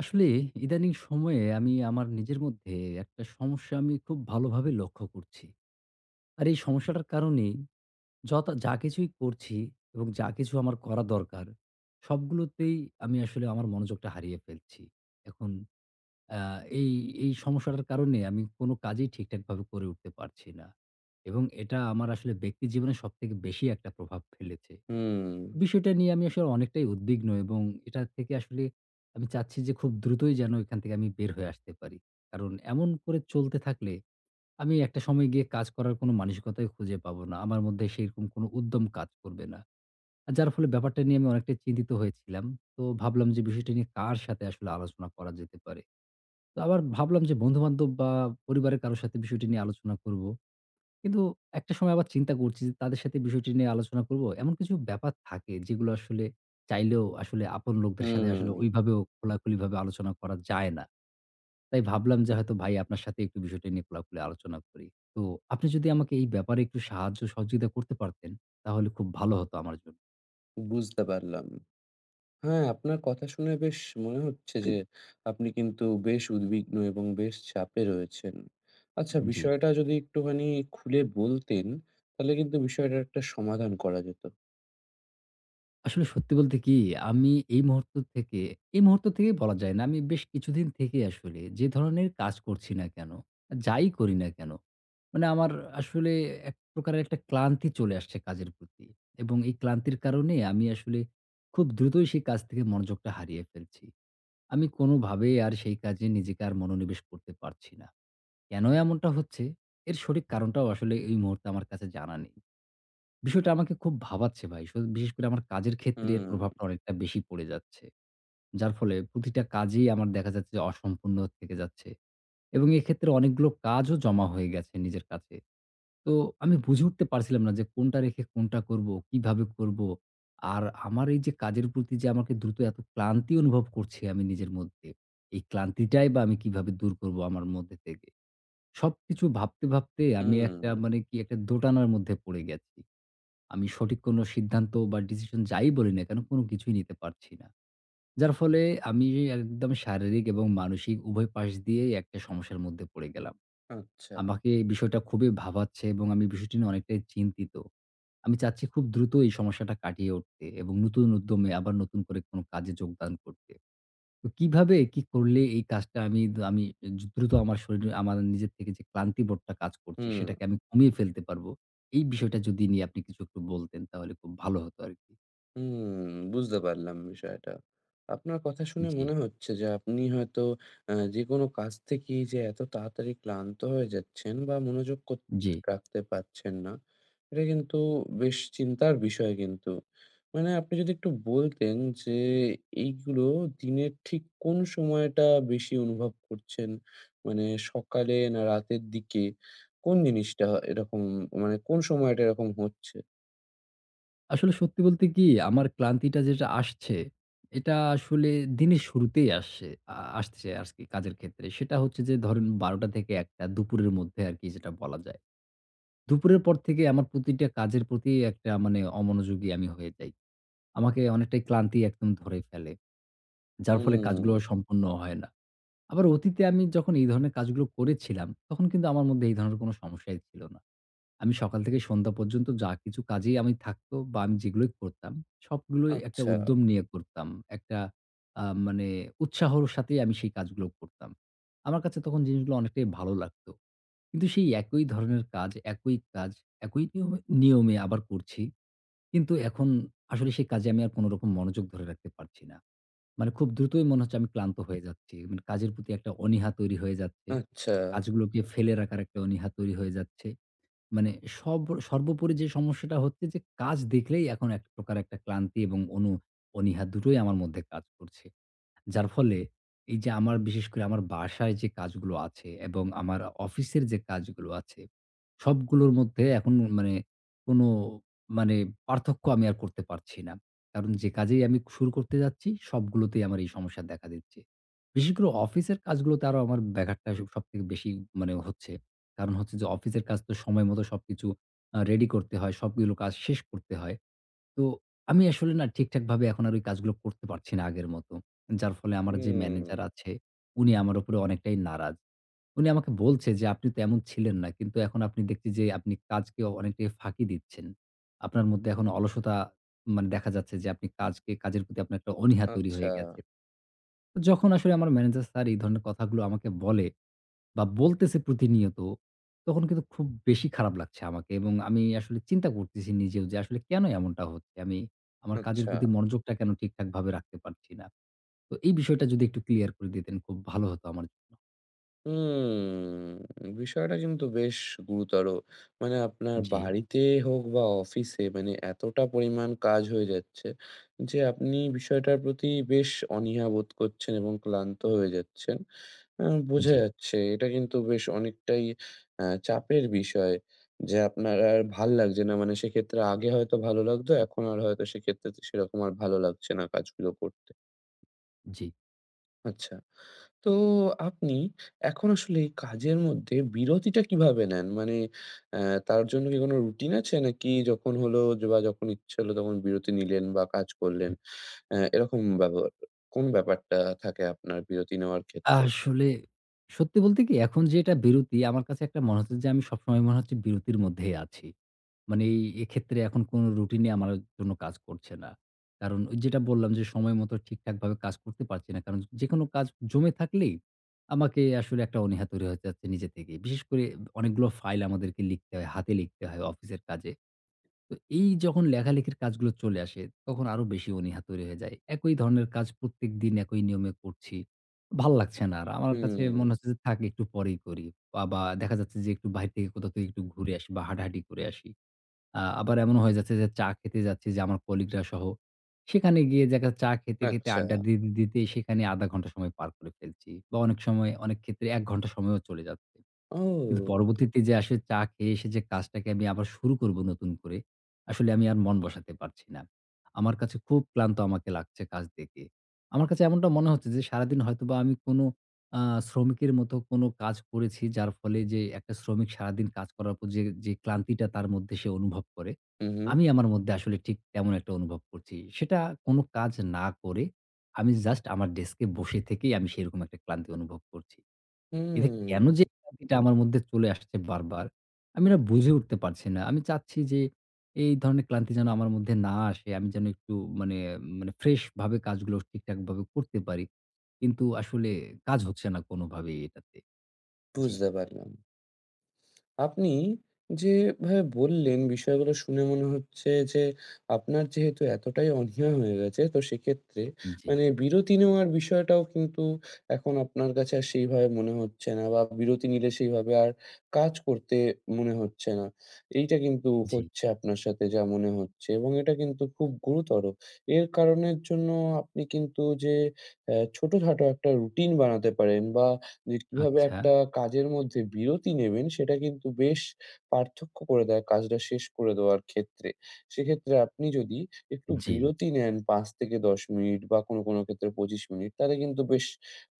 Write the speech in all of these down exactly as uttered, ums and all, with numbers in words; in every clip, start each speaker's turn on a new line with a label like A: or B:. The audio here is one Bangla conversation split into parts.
A: আসলে ইদানিং সময়ে আমি আমার নিজের মধ্যে একটা সমস্যা আমি খুব ভালোভাবে লক্ষ্য করছি। আর এই সমস্যাটার কারণেই যতা যা কিছুই করছি এবং যা কিছু আমার করা দরকার, সবগুলোতেই আমি আসলে আমার মনোযোগটা হারিয়ে ফেলছি। এখন আ এই, এই সমস্যাটার কারণে আমি কোনো কাজই ঠিকঠাকভাবে করে উঠতে পারছি না। এবং এটা আমার আসলে ব্যক্তি জীবনে সবথেকে বেশি একটা প্রভাব ফেলেছে।
B: হুম,
A: বিষয়টা নিয়ে আমি আসলে অনেকটাই উদ্বিগ্ন, এবং এটা থেকে আসলে আমি চাচ্ছি যে খুব দ্রুতই যেন এখান থেকে আমি বের হয়ে আসতে পারি। কারণ এমন করে চলতে থাকলে আমি একটা সময় গিয়ে কাজ করার কোনো মানসিকতাই খুঁজে পাবো না। আমার মধ্যে সেরকম কোনো উদ্যম কাজ করবে না। আর যার ফলে ব্যাপারটা নিয়ে আমি অনেকটাই চিন্তিত হয়েছিলাম। তো ভাবলাম যে বিষয়টা নিয়ে কার সাথে আসলে আলোচনা করা যেতে পারে। তো আবার ভাবলাম যে বন্ধু-বান্ধব বা পরিবারের কারো সাথে বিষয়টি নিয়ে আলোচনা করব। কিন্তু একটা সময় আবার চিন্তা করছি যে তাদের সাথে বিষয়টি নিয়ে আলোচনা করব। এমন কিছু ব্যাপার থাকে যেগুলো আসলে চাইলেও আসলে আপন লোকদের সাথে
B: হুম,
A: আসলে ওইভাবেও খোলাখুলিভাবে আলোচনা করা যায় না। তাই ভাবলাম যে হয়তো ভাই আপনার সাথে একটু বিষয়টি নিয়ে খোলাখুলি আলোচনা করি। তো আপনি যদি আমাকে এই ব্যাপারে একটু সাহায্য সহযোগিতা করতে পারতেন, তাহলে খুব ভালো হতো আমার জন্য।
B: বুঝতে পারলাম। হ্যাঁ, আপনার কথা শুনে বেশ মনে হচ্ছে যে আপনি কিন্তু বেশ উদ্বিগ্ন এবং বেশ চাপে রয়েছেন। আচ্ছা
A: জি।
B: বিষয়টা যদি একটুখানি খুলে বলতেন, তাহলে কিন্তু বিষয়টার একটা সমাধান করা যেত।
A: আসলে সত্যি বলতে কি, আমি এই মুহূর্ত থেকে এই মুহূর্ত থেকেই বলা যায় না। আমি বেশ কিছুদিন থেকে আসলে যে ধরনের কাজ করছি না কেন, যাই করি না কেন, মানে আমার আসলে এক প্রকারের একটা ক্লান্তি চলে আসছে কাজের প্রতি। এবং এই ক্লান্তির কারণে আমি আসলে খুব দ্রুতই সেই কাজ থেকে মনোযোগটা হারিয়ে ফেলছি। আমি কোনোভাবেই আর সেই কাজে নিজেকে আর মনোনিবেশ করতে পারছি না। কেন এমনটা হচ্ছে? এর সঠিক কারণটাও আসলে এই মুহূর্তে আমার কাছে জানা নেই। বিষয়টা আমাকে খুব ভাবাচ্ছে, ভাই। সো বিশেষ করে আমার কাজের ক্ষেত্রে এর
B: হুম,
A: প্রভাবটা অনেকটা বেশি পড়ে যাচ্ছে। যার ফলে প্রতিটা কাজেই আমার দেখা যাচ্ছে যে অসম্পূর্ণ থেকে যাচ্ছে। এবং এক্ষেত্রে অনেকগুলো কাজও জমা হয়ে গেছে নিজের কাছে। তো আমি বুঝে উঠতে পারছিলাম না যে কোনটা রেখে কোনটা করব, কিভাবে করব। আর আমার এই যে কাজের প্রতি যে আমাকে দ্রুত এত ক্লান্তি অনুভব করছি আমি নিজের মধ্যে, এই ক্লান্তিটাই বা আমি কিভাবে দূর করব আমার মধ্যে থেকে। সবকিছু ভাবতে, ভাবতে আমি
B: হুম,
A: একটা, মানে কি, একটা দোটানার মধ্যে পড়ে গেছি। আমি সঠিক কোন সিদ্ধান্ত বা ডিসিশন যাই বলি না কেন, কোন কিছুই নিতে পারছি না। যার ফলে আমি একদম শারীরিক এবং মানসিক উভয় পাশ দিয়েই একটা সমস্যার মধ্যে পড়ে গেলাম।
B: আচ্ছা,
A: আমাকে এই বিষয়টা খুবই ভাবাচ্ছে, এবং আমি বিষয়টি নিয়ে অনেকটাই চিন্তিত। আমি চাচ্ছি খুব দ্রুত এই সমস্যাটা কাটিয়ে উঠতে, এবং নতুন উদ্যমে আবার নতুন করে কোনো কাজে যোগদান করতে। তো কিভাবে কি করলে এই কাজটা আমি দ আমি দ্রুত আমার শরীরে আমার নিজের থেকে যে ক্লান্তিবোধটা কাজ করছে
B: হুম।
A: সেটাকে আমি কমিয়ে ফেলতে পারবো? এই বিষয়টা যদি নিয়ে আপনি কিছু একটু বলতেন তাহলে খুব ভালো হতো আরকি।
B: হুম, বুঝতে পারলাম বিষয়টা। আপনার কথা শুনে
A: জি,
B: মনে হচ্ছে যে আপনি হয়তো আ যেকোনো কাজ থেকেই যে এত তাড়াতাড়ি ক্লান্ত হয়ে যাচ্ছেন বা মনোযোগ কর
A: জি।
B: রাখতে পারছেন না, এটা কিন্তু বেশ চিন্তার বিষয় কিন্তু। মানে আপনি যদি একটু বলতেন যে এইগুলো দিনের ঠিক কোন সময়টা বেশি অনুভব করছেন? মানে সকালে না রাতের দিকে? কোন জিনিসটা এরকম মানে কোন সময়টা এরকম হচ্ছে?
A: আসলে সত্যি বলতে কি, আমার ক্লান্তিটা যেটা আসছে, এটা আসলে দিনের শুরুতেই আসছে, আ আসছে আরকি কাজের ক্ষেত্রে। সেটা হচ্ছে যে, ধরেন, ১২টা থেকে ১টা দুপুরের মধ্যে আরকি যেটা বলা যায়। দুপুরের পর থেকে আমার প্রতিটা কাজের প্রতি একটা, মানে, অমনোযোগী আমি হয়ে যাই। আমাকে অনেকটাই ক্লান্তি একদম ধরে ফেলে। যার ফলে
B: হুম,
A: কাজগুলো সম্পূর্ণ হয় না। আবার অতীতে আমি যখন এই ধরনের কাজগুলো করেছিলাম, তখন কিন্তু আমার মধ্যে এই ধরনের কোনো সমস্যাই ছিল না। আমি সকাল থেকে সন্ধ্যা পর্যন্ত যা কিছু কাজেই আমি থাকতো বা আমি যেগুলোই করতাম, সবগুলোই একটা
B: আচ্ছা।
A: উদ্যম নিয়ে করতাম। একটা, আ মানে, উৎসাহর সাথেই আমি সেই কাজগুলো করতাম। আমার কাছে তখন জিনিসগুলো অনেকটাই ভালো লাগতো। কিন্তু সেই একই ধরনের কাজ, একই কাজ, একই নিয়মে নিয়মে আবার করছি। কিন্তু এখন আসলে সেই কাজে আমি আর কোনরকম মনোযোগ ধরে রাখতে পারছি না। মানে খুব দ্রুতই মনে হচ্ছে আমি ক্লান্ত হয়ে যাচ্ছি। মানে কাজের প্রতি একটা অনীহা তৈরি হয়ে যাচ্ছে।
B: আচ্ছা।
A: কাজগুলোকে ফেলে রাখার একটা অনীহা তৈরি হয়ে যাচ্ছে। মানে সব, সর্বোপরি যে সমস্যাটা হচ্ছে যে কাজ দেখলেই এখন এক প্রকার একটা ক্লান্তি এবং অনু অনীহা দুটোই আমার মধ্যে কাজ করছে। যার ফলে এই যে আমার বিশেষ করে আমার বাসায় যে কাজগুলো আছে এবং আমার অফিসের যে কাজগুলো আছে, সবগুলোর মধ্যে এখন, মানে, কোনো, মানে, পার্থক্য আমি আর করতে পারছি না। কারণ যে কাজেই আমি শুরু করতে যাচ্ছি সবগুলোতেই আমার এই সমস্যা দেখা দিচ্ছে। বিশেষ করে অফিসের কাজগুলোতে আরো আমার ব্যাঘাতটা স সবথেকে বেশি, মানে, হচ্ছে। কারণ হচ্ছে যে অফিসের কাজ তো সময় মতো সবকিছু আ রেডি করতে হয়, সবগুলো কাজ শেষ করতে হয়। তো আমি আসলে না ঠিকঠাকভাবে এখন আর ওই কাজগুলো করতে পারছি না আগের মতো। যার ফলে আমার যে
B: হুম,
A: ম্যানেজার আছে, উনি আমার উপরে অনেকটাই নারাজ। উনি আমাকে বলছে যে, "আপনি তো এমন ছিলেন না। কিন্তু এখন আপনি দেখছি যে আপনি কাজকে অনেকটাই ফাঁকি দিচ্ছেন। আপনার মধ্যে এখন অলসতা, মানে, দেখা যাচ্ছে যে আপনি কাজকে, কাজের প্রতি আপনার একটা অনীহা তৈরি
B: আচ্ছা,
A: হয়ে গেছে।" তো যখন আসলে আমার ম্যানেজার স্যার এই ধরনের কথাগুলো আমাকে বলে বা বলতেছে প্রতিনিয়ত, তখন কিন্তু খুব বেশি খারাপ লাগছে আমাকে, এবং আমি আসলে চিন্তা করতেছি নিজেও যে, আসলে কেন এমনটা হচ্ছে? আমি আমার কাজের
B: আচ্ছা।
A: প্রতি মনোযোগটা কেন ঠিকঠাকভাবে রাখতে পারছি না? তো এই বিষয়টা যদি একটু ক্লিয়ার করে দিতেন খুব ভালো হতো আমার জন্য।
B: হুম, বিষয়টা কিন্তু বেশ গুরুতর। মানে আপনার
A: জি,
B: বাড়িতে হোক বা অফিসে মানে এতটা পরিমাণ কাজ হয়ে যাচ্ছে যে আপনি বিষয়টার প্রতি বেশ অনীহা বোধ করছেন এবং ক্লান্ত হয়ে যাচ্ছেন। আ বোঝা
A: জি,
B: যাচ্ছে। এটা কিন্তু বেশ অনেকটাই আ চাপের বিষয় যে আপনার আর ভাল লাগছে না। মানে সেক্ষেত্রে আগে হয়তো ভালো লাগতো। এখন আর হয়তো সেক্ষেত্রে সেরকম আর ভালো লাগছে না কাজগুলো করতে।
A: জি।
B: আচ্ছা। তো আপনি এখন আসলে এই কাজের মধ্যে বিরতিটা কিভাবে নেন? মানে অ্যা তার জন্য কি কোনো রুটিন আছে? নাকি যখন হলো যে বা যখন ইচ্ছে হলো তখন বিরতি নিলেন বা কাজ করলেন, অ্যা এরকম ব্যবহার কোন ব্যাপারটা থাকে আপনার বিরতি নেওয়ার ক্ষেত্রে?
A: আসলে সত্যি বলতে কি, এখন যে এটা বিরতি, আমার কাছে একটা মনে হচ্ছে যে আমি সবসময় মনে হচ্ছে বিরতির মধ্যেই আছি। মানে এই এক্ষেত্রে এখন কোনো রুটিনই আমার জন্য কাজ করছে না। কারণ ওই যেটা বললাম যে সময় মতো ঠিকঠাকভাবে কাজ করতে পারছি না। কারণ যেকোনো কাজ জমে থাকলেই আমাকে আসলে একটা অনীহা তৈরি হয়ে যাচ্ছে নিজে থেকেই। বিশেষ করে অনেকগুলো ফাইল আমাদেরকে লিখতে হয়, হাতে লিখতে হয় অফিসের কাজে। তো এই যখন লেখালেখির কাজগুলো চলে আসে, তখন আরো বেশি অনীহা তৈরি হয়ে যায়। একই ধরনের কাজ প্রত্যেকদিন একই নিয়মে করছি। ভাল লাগছে না আর। আমার কাছে মনে
B: হুম,
A: হচ্ছে যে, থাক একটু পরেই করি। বা বা দেখা যাচ্ছে যে একটু বাহির থেকে কোথাও থেকে একটু ঘুরে আসি বা হাঁটাহাঁটি করে আসি। আ আবার এমনও হয়ে যাচ্ছে যে চা খেতে যাচ্ছি, যে আমার কলিগরা সহ। সেখানে গিয়ে দেখা চা খেতে, খেতে,
B: আচ্ছা।
A: আড্ডা দিতে, দিতে সেখানে আধা ঘন্টা সময় পার করে ফেলছি। বা অনেক সময় অনেক ক্ষেত্রে এক ঘন্টা সময়ও চলে যাচ্ছে। কিন্তু
B: ও!
A: পরবর্তীতে যে আসলে চা খেয়ে এসে যে কাজটাকে আমি আবার শুরু করব নতুন করে, আসলে আমি আর মন বসাতে পারছি না। আমার কাছে খুব ক্লান্ত আমাকে লাগছে কাজ দেখে। আমার কাছে এমনটা মনে হচ্ছে যে সারাদিন হয়তোবা আমি কোনো আ শ্রমিকের মতো কোনো কাজ করেছি, যার ফলে যে একটা শ্রমিক সারাদিন কাজ করার পর যে, যে ক্লান্তিটা তার মধ্যে সে অনুভব করে,
B: হু, হু।
A: আমি আমার মধ্যে আসলে ঠিক তেমন একটা অনুভব করছি। সেটা কোনো কাজ না করে আমি জাস্ট আমার ডেস্কে বসে থেকেই আমি সেরকম একটা ক্লান্তি অনুভব করছি। এটা কেন যে
B: হুম,
A: এটা আমার মধ্যে চলে আসছে বারবার, আমি না বুঝে উঠতে পারছি না। আমি চাচ্ছি যে এই ধরনের ক্লান্তি যেন আমার মধ্যে না আসে। আমি যেন একটু, মানে, মানে ফ্রেশ ভাবে কাজগুলো ঠিকঠাকভাবে করতে পারি। কিন্তু আসলে কাজ হচ্ছে না কোনোভাবেই এটাতে। জি,
B: বুঝতে পারলাম। আপনি যেভাবে বললেন বিষয়গুলো শুনে মনে হচ্ছে যে আপনার যেহেতু এতটাই অনীহা হয়ে গেছে তো সেক্ষেত্রে
A: জি,
B: মানে বিরতি নেওয়ার বিষয়টাও কিন্তু এখন আপনার কাছে আর সেইভাবে মনে হচ্ছে না বা বিরতি নিলে সেইভাবে আর কাজ করতে মনে হচ্ছে না। এইটা কিন্তু
A: জি।
B: হচ্ছে আপনার সাথে যা মনে হচ্ছে এবং এটা কিন্তু খুব গুরুতর। এর কারণের জন্য আপনি কিন্তু যে অ্যা ছোটখাটো একটা রুটিন বানাতে পারেন বা যে কিভাবে
A: আচ্ছা।
B: একটা কাজের মধ্যে বিরতি নেবেন সেটা কিন্তু বেশ পার্থক্য করে দেয় কাজটা শেষ করে দেওয়ার ক্ষেত্রে। সেক্ষেত্রে আপনি যদি একটু
A: জি,
B: বিরতি নেন পাঁচ থেকে দশ মিনিট বা কোনো, কোনো ক্ষেত্রে পঁচিশ মিনিট তাহলে কিন্তু বেশ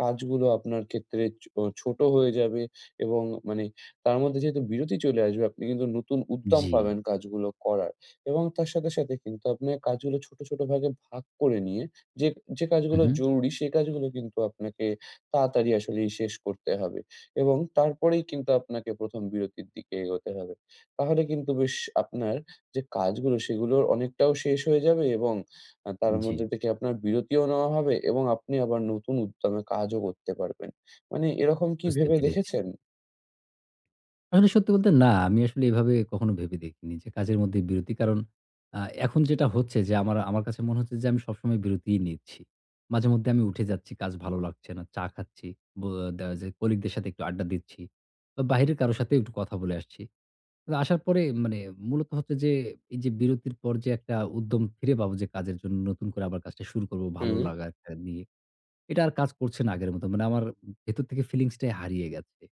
B: কাজগুলো আপনার ক্ষেত্রে চো ছোট হয়ে যাবে এবং মানে তার মধ্যে যেহেতু বিরতি চলে আসবে আপনি কিন্তু নতুন উদ্যম
A: জি।
B: পাবেন কাজগুলো করার এবং তার সাথে, সাথে কিন্তু আপনার কাজগুলো ছোট, ছোট ভাগে ভাগ করে নিয়ে যে, যে কাজগুলো
A: উহু,
B: জরুরি সে কাজগুলো কিন্তু আপনাকে তাড়াতাড়ি আসলেই শেষ করতে হবে এবং তারপরেই কিন্তু আপনাকে প্রথম বিরতির দিকে এগোতে হবে। তাহলে কিন্তু বেশ আপনার যে কাজগুলো সেগুলোর অনেকটাও শেষ হয়ে যাবে এবং আ তার
A: জি।
B: মধ্যে থেকে আপনার বিরতিও নেওয়া হবে এবং আপনি আবার নতুন উদ্যমে কাজও করতে পারবেন। মানে এরকম কি
A: বুঝতে
B: ভেবে
A: পেরেছি।
B: দেখেছেন?
A: আসলে সত্যি বলতে না, আমি আসলে এভাবে কখনো ভেবে দেখিনি যে কাজের মধ্যে বিরতি। কারণ আ এখন যেটা হচ্ছে যে আমার আমার কাছে মনে হচ্ছে যে আমি সবসময় বিরতিই নিচ্ছি। মাঝেমধ্যে আমি উঠে যাচ্ছি, কাজ ভালো লাগছে না। চা খাচ্ছি, ব দেখা যায় কলিগদের সাথে একটু আড্ডা দিচ্ছি, বা বাহিরের কারো সাথে একটু কথা বলে আসছি। তো আসার পরে, মানে, মূলত হচ্ছে যে এই যে বিরতির পর যে একটা উদ্যম ফিরে পাবো, যে কাজের জন্য নতুন করে আবার কাজটা শুরু করব ভালো
B: হুম,
A: লাগা একটা নিয়ে, এটা আর কাজ করছে না আগের মত। মানে আমার ভেতর থেকে ফিলিংস টাই হারিয়ে গেছে।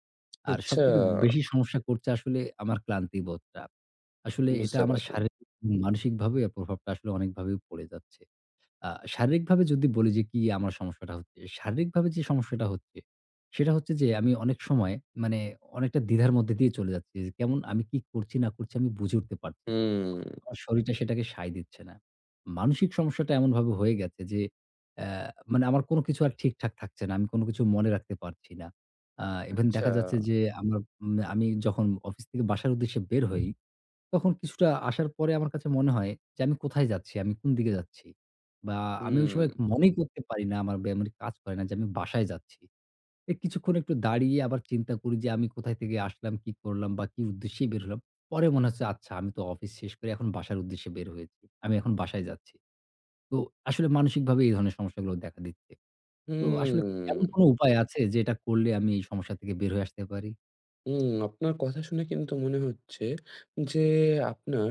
A: আর
B: আচ্ছা
A: সবথেকে বেশি সমস্যা করছে আসলে আমার ক্লান্তিবোধটা। আসলে এটা
B: বুঝতে
A: আমার
B: পারলাম।
A: শারীরিক এবং মানসিকভাবে এর প্রভাবটা আসলে অনেকভাবেই পড়ে যাচ্ছে। আ শারীরিকভাবে যদি বলি যে কি আমার সমস্যাটা হচ্ছে, শারীরিকভাবে যে সমস্যাটা হচ্ছে, সেটা হচ্ছে যে আমি অনেক সময়, মানে, অনেকটা দ্বিধার মধ্যে দিয়ে চলে যাচ্ছি। যে কেমন আমি কি করছি, না করছি, আমি বুঝে উঠতে পারছি না।
B: হুম,
A: আমার শরীরটা সেটাকে সায় দিচ্ছে না। মানসিক সমস্যাটা এমনভাবে হয়ে গেছে যে, অ্যা মানে, আমার কোনো কিছু আর ঠিকঠাক থাকছে না। আমি কোনো কিছু মনে রাখতে পারছি না। আ ইভেন
B: আচ্ছা।
A: দেখা যাচ্ছে যে আমার উম আমি যখন অফিস থেকে বাসার উদ্দেশ্যে বের হই, তখন কিছুটা আসার পরে আমার কাছে মনে হয় যে, আমি কোথায় যাচ্ছি? আমি কোন দিকে যাচ্ছি? বা আমি ওই
B: হুম,
A: সময় মনেই করতে পারি না আমার বে মানে, কাজ করে না যে আমি বাসায় যাচ্ছি। এ কিছুক্ষণ একটু দাঁড়িয়ে আবার চিন্তা করি যে, আমি কোথায় থেকে আসলাম, কি করলাম বা কি উদ্দেশ্যেই বের হলাম। পরে মনে হচ্ছে, আচ্ছা, আমি তো অফিস শেষ করে এখন বাসার উদ্দেশ্যে বের হয়েছি। আমি এখন বাসায় যাচ্ছি। তো আসলে মানসিকভাবে এই ধরনের সমস্যাগুলো দেখা দিচ্ছে। তো আসলে এমন
B: হুম।
A: কোনো উপায় আছে যে এটা করলে আমি এই সমস্যা থেকে বের হয়ে আসতে পারি?
B: হুম, আপনার কথা শুনে কিন্তু মনে হচ্ছে যে, আপনার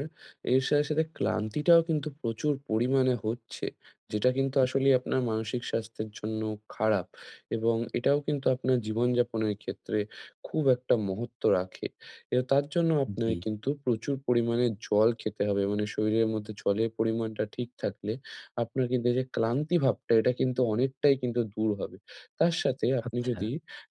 B: এর সাথে, সাথে ক্লান্তিটাও কিন্তু প্রচুর পরিমাণে হচ্ছে। যেটা কিন্তু আসলেই আপনার মানসিক স্বাস্থ্যের জন্য খারাপ এবং এটাও কিন্তু আপনার জীবনযাপনের ক্ষেত্রে খুব একটা মহত্ত্ব রাখে। এ তার জন্য আপনার
A: জি,
B: কিন্তু প্রচুর পরিমাণে জল খেতে হবে। মানে শরীরের মধ্যে জলের পরিমাণটা ঠিক থাকলে আপনার কিন্তু এই যে ক্লান্তি ভাবটা, এটা কিন্তু অনেকটাই কিন্তু দূর হবে। তার সাথে আপনি
A: আচ্ছা।
B: যদি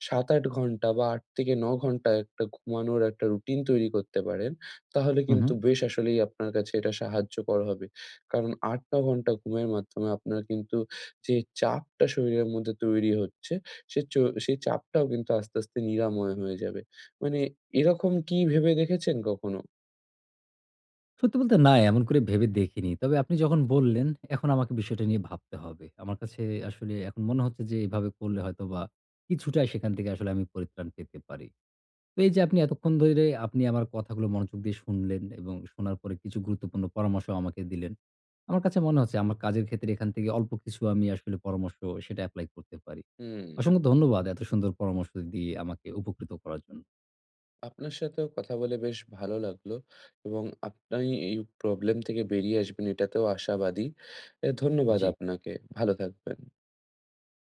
B: সাত আট ঘন্টা বা আট থেকে নয় ঘন্টা একটা ঘুমানোর একটা রুটিন তৈরি করতে পারেন, তাহলে
A: হু, হু।
B: কিন্তু বেশ আসলেই আপনার কাছে এটা সাহায্যকর হবে। কারণ আট নয় ঘন্টা ঘুমের মাধ্যমে আপনার কিন্তু যে চাপটা শরীরের মধ্যে তৈরি হচ্ছে, সে চ সেই চাপটাও কিন্তু আস্তে, আস্তে নিরাময় হয়ে যাবে। মানে এরকম কি ভেবে দেখেছেন কখনো?
A: সত্যি বলতে না, এমন করে ভেবে দেখিনি। তবে আপনি যখন বললেন, এখন আমাকে বিষয়টা নিয়ে ভাবতে হবে। আমার কাছে আসলে এখন মনে হচ্ছে যে এভাবে করলে হয়তোবা কিছুটা সেখান থেকে আসলে আমি পরিত্রাণ পেতে পারি। তো এই যে আপনি এতক্ষণ ধরে আপনি আমার কথাগুলো মনোযোগ দিয়ে শুনলেন, এবং শোনার পরে কিছু গুরুত্বপূর্ণ পরামর্শ আমাকে দিলেন। আমার কাছে মনে হচ্ছে আমার কাজের ক্ষেত্রে এখান থেকে অল্প কিছু আমি আসলে পরামর্শ সেটা এপ্লাই করতে পারি।
B: হুম,
A: অসংখ্য ধন্যবাদ এত সুন্দর পরামর্শ দিয়ে আমাকে উপকৃত করার জন্য।
B: আপনার সাথেও কথা বলে বেশ ভালো লাগলো এবং আপনি এই প্রবলেম থেকে বেরিয়ে আসবেন এটাতেও আশাবাদী। এ ধন্যবাদ
A: জি।
B: আপনাকে। ভালো থাকবেন।